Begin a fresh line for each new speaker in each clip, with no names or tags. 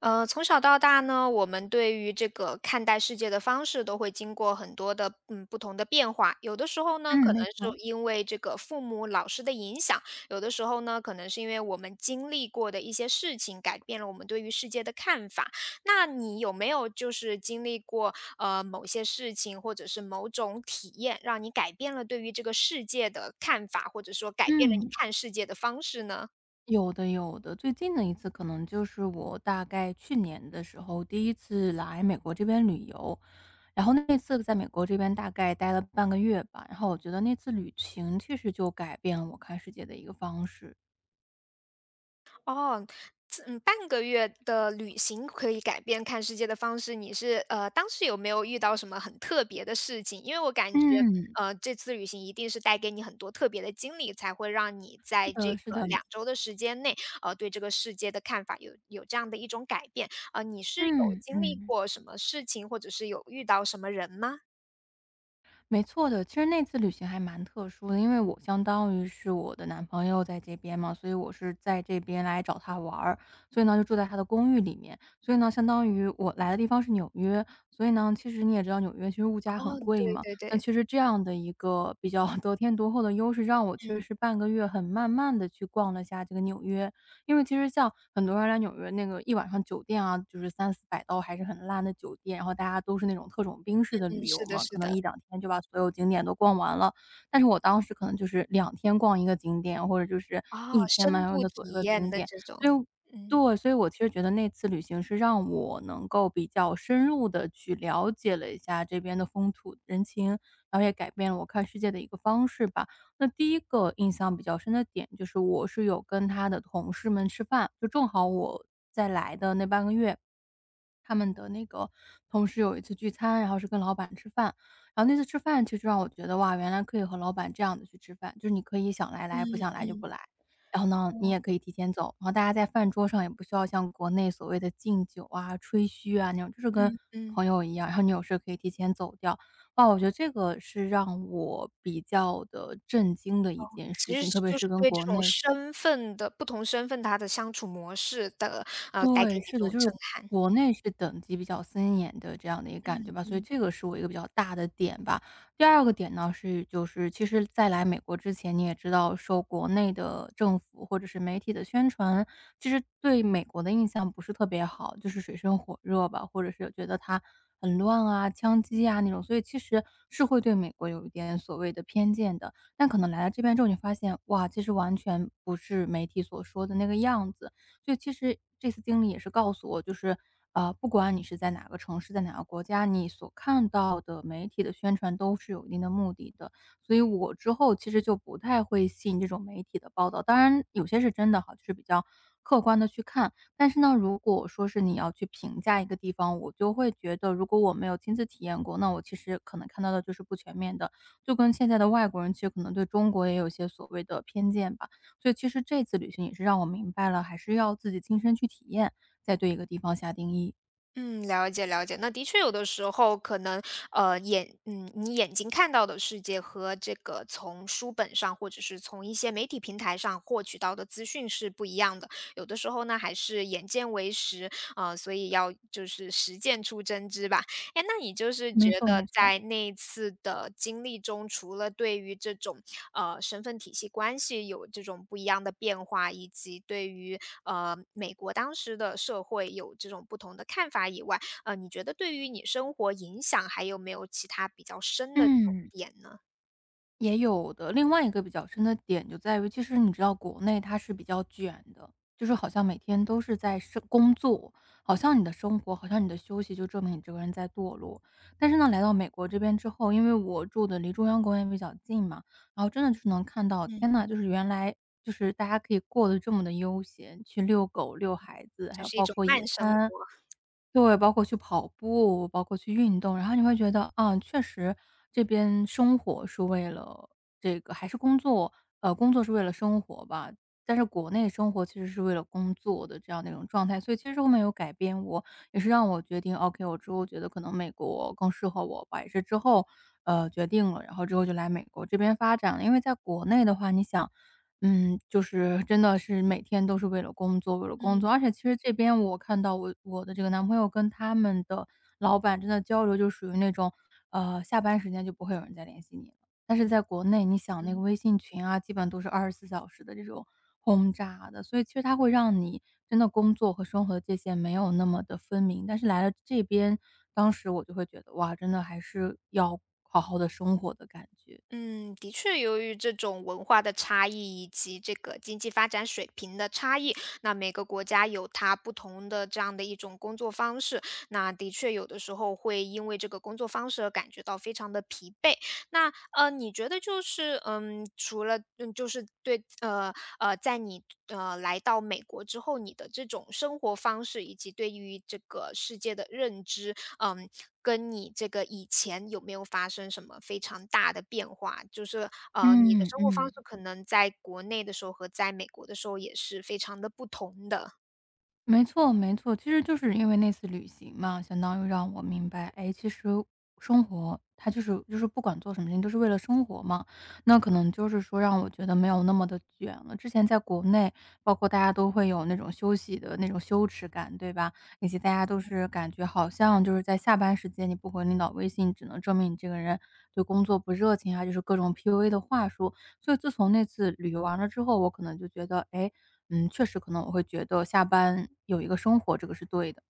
从小到大呢，我们对于这个看待世界的方式都会经过很多的不同的变化。有的时候呢，
嗯，
可
没
能
错。
是因为这个父母、老师的影响；有的时候呢，可能是因为我们经历过的一些事情改变了我们对于世界的看法。那你有没有就是经历过某些事情或者是某种体验，让你改变了对于这个世界的看法，或者说改变了你
嗯，
看世界的方式呢？
有的有的。最近的一次可能就是我大概去年的时候第一次来美国这边旅游，然后那次在美国这边大概待了半个月吧，然后我觉得那次旅行其实就改变了我看世界的一个方式。
哦，这半个月的旅行可以改变看世界的方式，你是当时有没有遇到什么很特别的事情？因为我感觉，
嗯，
这次旅行一定是带给你很多特别的经历，才会让你
是
在这
的是
个
的，
两周的时间内，对这个世界的看法有这样的一种改变。你是有
嗯
经历
嗯。
过什么事情，或者是有遇到什么人吗？
没错的，其实那次旅行还蛮特殊的，因为我相当于是我的男朋友在这边嘛，所以我是在这边来找他玩儿，所以呢就住在他的公寓里面，所以呢相当于我来的地方是纽约，所以呢其实你也知道纽约其实物价很
哦，
贵
对
嘛。
对
那
对，
其实这样的一个比较 得天独厚的优势，让我其
嗯
实是半个月很慢慢的去逛了下这个纽约。因为其实像很多人来纽约那个一晚上酒店啊，就是三四百刀还是很烂的酒店，然后大家都是那种特种兵式的旅
嗯，
游
是的，
嘛，可
是
能一
的。
两天就把所有景点都逛完了。但是我当时可能就是两天逛一个景点，或者就是
哦，
一天漫
深
然
度
的左走一
体
个
验
景
的
点，
这种。
所以
嗯
对，所以我其实觉得那次旅行是让我能够比较深入的去了解了一下这边的风土人情，然后也改变了我看世界的一个方式吧。那第一个印象比较深的点就是我是有跟他的同事们吃饭，就正好我在来的那半个月，他们的那个同事有一次聚餐，然后是跟老板吃饭，然后那次吃饭其实让我觉得哇，原来可以和老板这样的去吃饭，就是你可以想来来，不
嗯
想来就不
嗯。
来。然后呢，你也
哦。
可以提前走，然后大家在饭桌上也不需要像国内所谓的敬酒啊、吹嘘啊那种，就是跟
嗯嗯。
朋友一样，然后你有事可以提前走掉。哇，我觉得这个是让我比较的震惊的一件事
其
情，特
实
别
就
是
是
跟
对这
国
种
内。
身份的不同身份，他的相处模式的，带给
对，
你
是
这
的，
种
就是
震撼。
国内是等级比较森严的这样的一个感觉
嗯
吧，所以
嗯。
这个是我一个比较大的点吧。第二个点呢是，就是其实在来美国之前，你也知道受国内的政府或者是媒体的宣传，其实对美国的印象不是特别好，就是水深火热吧，或者是觉得它很乱啊、枪击啊那种，所以其实是会对美国有一点所谓的偏见的。但可能来到这边之后，你发现哇，其实完全不是媒体所说的那个样子。就其实这次经历也是告诉我，就是不管你是在哪个城市，在哪个国家，你所看到的媒体的宣传都是有一定的目的的。所以我之后其实就不太会信这种媒体的报道，当然有些是真的哈，就是比较客观的去看。但是呢，如果说是你要去评价一个地方，我就会觉得如果我没有亲自体验过，那我其实可能看到的就是不全面的，就跟现在的外国人其实可能对中国也有一些所谓的偏见吧。所以其实这次旅行也是让我明白了，还是要自己亲身去体验，再对一个地方下定义。
嗯，了解了解。那的确有的时候可能，你眼睛看到的世界和这个从书本上，或者是从一些媒体平台上获取到的资讯是不一样的。有的时候呢，还是眼见为实，啊，所以要就是实践出真知吧。哎，那你就是
没
觉
错没
得
错。
在那一次的经历中，除了对于这种身份体系关系有这种不一样的变化，以及对于美国当时的社会有这种不同的看法以外，你觉得对于你生活影响还有没有其他比较深的这种
嗯。
点呢？
也有的。另外一个比较深的点就在于，其实你知道国内它是比较卷的，就是好像每天都是在生工作，好像你的生活，好像你的休息就证明你这个人在堕落。但是呢，来到美国这边之后，因为我住的离中央公园比较近嘛，然后真的就是能看到，
嗯。
天呐，就是原来就是大家可以过得这么的悠闲，去遛狗、遛孩子，还
就
有
是一
包
种
括野
慢生活。
餐，对，包括去跑步，包括去运动，然后你会觉得，啊，确实这边生活是为了这个还是工作，工作是为了生活吧，但是国内生活其实是为了工作的这样的一种状态，所以其实后面有改变我，也是让我决定，OK，我之后觉得可能美国更适合我吧，也是之后，决定了，然后之后就来美国这边发展了。因为在国内的话，你想就是真的是每天都是为了工作，为了工
嗯。
作。而且其实这边我看到我的这个男朋友跟他们的老板真的交流就属于那种，下班时间就不会有人再联系你了。但是在国内，你想那个
嗯。
微信群啊，基本都是24小时的这种轰炸的，所以其实它会让你真的工作和生活的界限没有那么的分明。但是来了这边，当时我就会觉得，哇，真的还是要好好的生活的感觉。
嗯，的确，由于这种文化的差异以及这个经济发展水平的差异，那每个国家有它不同的这样的一种工作方式。那的确，有的时候会因为这个工作方式而感觉到非常的疲惫。那你觉得就是除了就是对在你来到美国之后，你的这种生活方式以及对于这个世界的认知，嗯，跟你这个以前有没有发生什么非常大的变化？就是，你的
嗯
生活方
嗯。
式可能在国内的时候和在美国的时候也是非常的不同的。
没错没错，其实就是因为那次旅行嘛，相当于让我明白，哎，其实生活它就是不管做什么事情都是为了生活嘛。那可能就是说让我觉得没有那么的卷了。之前在国内，包括大家都会有那种休息的那种羞耻感，对吧？以及大家都是感觉好像就是在下班时间你不回领导微信，只能证明你这个人对工作不热情啊，就是各种 PUA 的话术。所以自从那次旅游完了之后，我可能就觉得，哎，确实可能我会觉得下班有一个生活，这个是对的。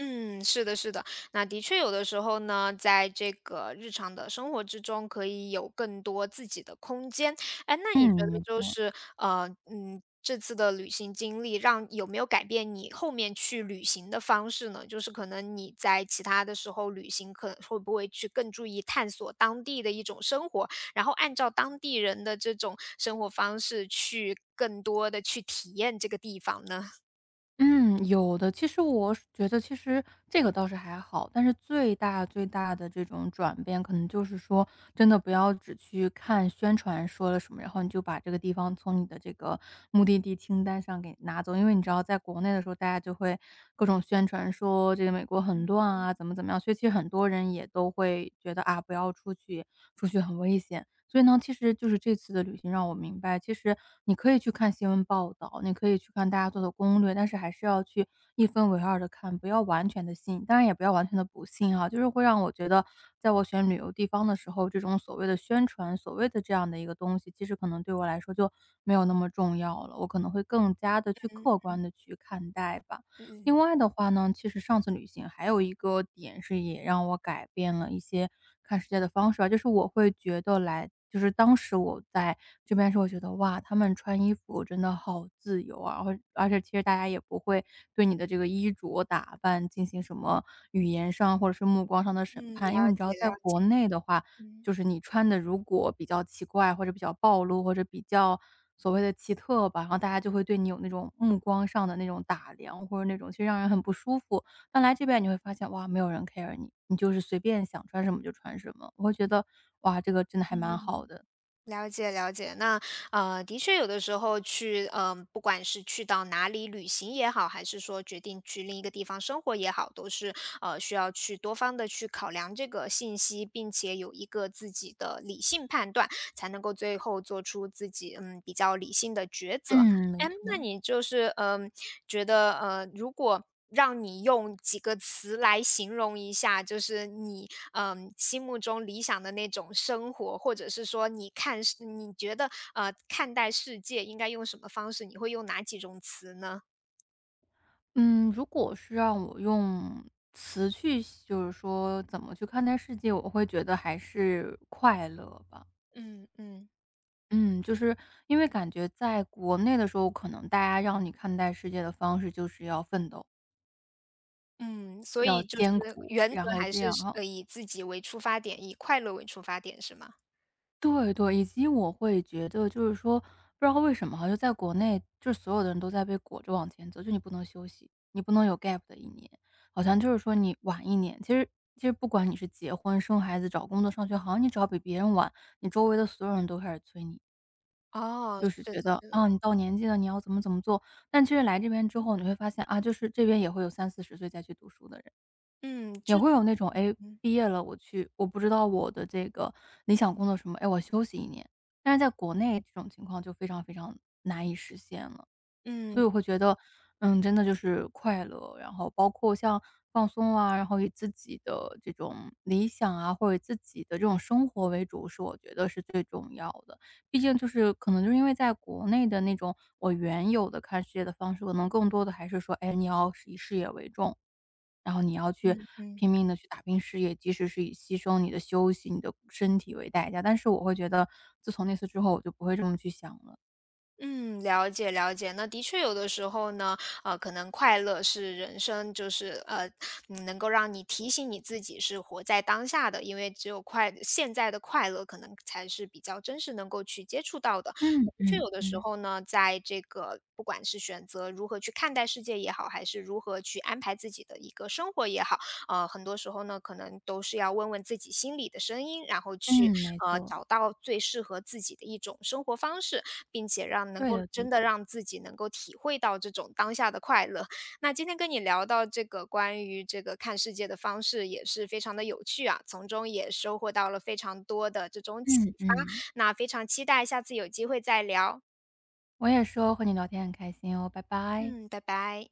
嗯，是的，是的。那的确有的时候呢，在这个日常的生活之中，可以有更多自己的空间。哎，那你觉
嗯，
得
没
就
错。
是这次的旅行经历让有没有改变你后面去旅行的方式呢？就是可能你在其他的时候旅行，可能会不会去更注意探索当地的一种生活，然后按照当地人的这种生活方式去更多的去体验这个地方呢？
嗯，有的。其实我是觉得其实这个倒是还好，但是最大最大的这种转变，可能就是说，真的不要只去看宣传说了什么，然后你就把这个地方从你的这个目的地清单上给拿走。因为你知道，在国内的时候，大家就会各种宣传说这个美国很乱啊，怎么怎么样，所以其实很多人也都会觉得啊，不要出去，出去很危险。所以呢，其实就是这次的旅行让我明白，其实你可以去看新闻报道，你可以去看大家做的攻略，但是还是要去一分为二的看，不要完全的信，当然也不要完全的不信哈，就是会让我觉得，在我选旅游地方的时候，这种所谓的宣传，所谓的这样的一个东西，其实可能对我来说就没有那么重要了，我可能会更加的去客
嗯
观的去看待吧。
嗯
另外的话呢，其实上次旅行还有一个点是也让我改变了一些看世界的方式啊，就是我会觉得来就是当时我在这边的时候我觉得，哇，他们穿衣服真的好自由啊，而且其实大家也不会对你的这个衣着打扮进行什么语言上或者是目光上的审
嗯，
判，因为
了
你知道
解
在
了解。
国内的话，
嗯。
就是你穿的如果比较奇怪或者比较暴露，或者比较所谓的奇特吧，然后大家就会对你有那种目光上的那种打量，或者那种其实让人很不舒服。但来这边你会发现，哇，没有人 care 你，你就是随便想穿什么就穿什么。我会觉得，哇，这个真的还蛮好的。
了解了解，那的确有的时候去，嗯、不管是去到哪里旅行也好，还是说决定去另一个地方生活也好，都是需要去多方的去考量这个信息，并且有一个自己的理性判断，才能够最后做出自己比较理性的抉择。
嗯，没
哎，那
错。
你就是，觉得，如果让你用几个词来形容一下，就是你，嗯，心目中理想的那种生活，或者是说你看世你觉得，看待世界应该用什么方式，你会用哪几种词呢？
嗯，如果是让我用词去就是说怎么去看待世界，我会觉得还是快乐吧。
嗯嗯。
嗯，就是因为感觉在国内的时候，可能大家让你看待世界的方式就是要奋斗，
嗯，所
要
以就是
艰苦，
原
然
则
后
还
这
是
样，然后
以自己为出发点，以快乐为出发点，是吗？
对对，以及我会觉得就是说，不知道为什么哈，就在国内，就是所有的人都在被裹着往前走，就你不能休息，你不能有 gap 的一年，好像就是说你晚一年，其实不管你是结婚、生孩子、找工作、上学，好像你只要比别人晚，你周围的所有人都开始催你，
哦，
就是
是
觉
的
得，
是的，
啊，你到年纪了，你要怎么怎么做。但其实来这边之后，你会发现，啊，就是这边也会有三四十岁再去读书的人，
嗯，
也
就是
会有那种哎，诶，
嗯，
毕业了我去我不知道我的这个理想工作什么，哎，我休息一年。但是在国内这种情况就非常非常难以实现了。所
嗯，
以我会觉得，真的就是快乐，然后包括像放松啊，然后以自己的这种理想啊，或者自己的这种生活为主，是我觉得是最重要的。毕竟就是可能就是因为在国内的那种我原有的看世界的方式，可能更多的还是说，哎，你要是以事业为重，然后你要去
嗯嗯。
拼命的去打拼事业，即使是以牺牲你的休息、你的身体为代价。但是我会觉得，自从那次之后，我就不会这么去想了。
嗯，了解了解。那的确有的时候呢，可能快乐是人生，就是能够让你提醒你自己是活在当下的，因为只有快现在的快乐，可能才是比较真实能够去接触到的。
嗯
的确，
嗯
有的时
嗯。
候呢，在这个不管是选择如何去看待世界也好，还是如何去安排自己的一个生活也好，很多时候呢，可能都是要问问自己心里的声音，然后去
嗯，没错。
找到最适合自己的一种生活方式，并且让能
对
够
的对
真的
的，
让自己能够体会到这种当下的快乐。那今天跟你聊到这个关于这个看世界的方式，也是非常的有趣啊，从中也收获到了非常多的这种启
嗯
发。
嗯，
那非常期待下次有机会再聊。
我也说和你聊天很开心哦，拜拜。
嗯，拜拜。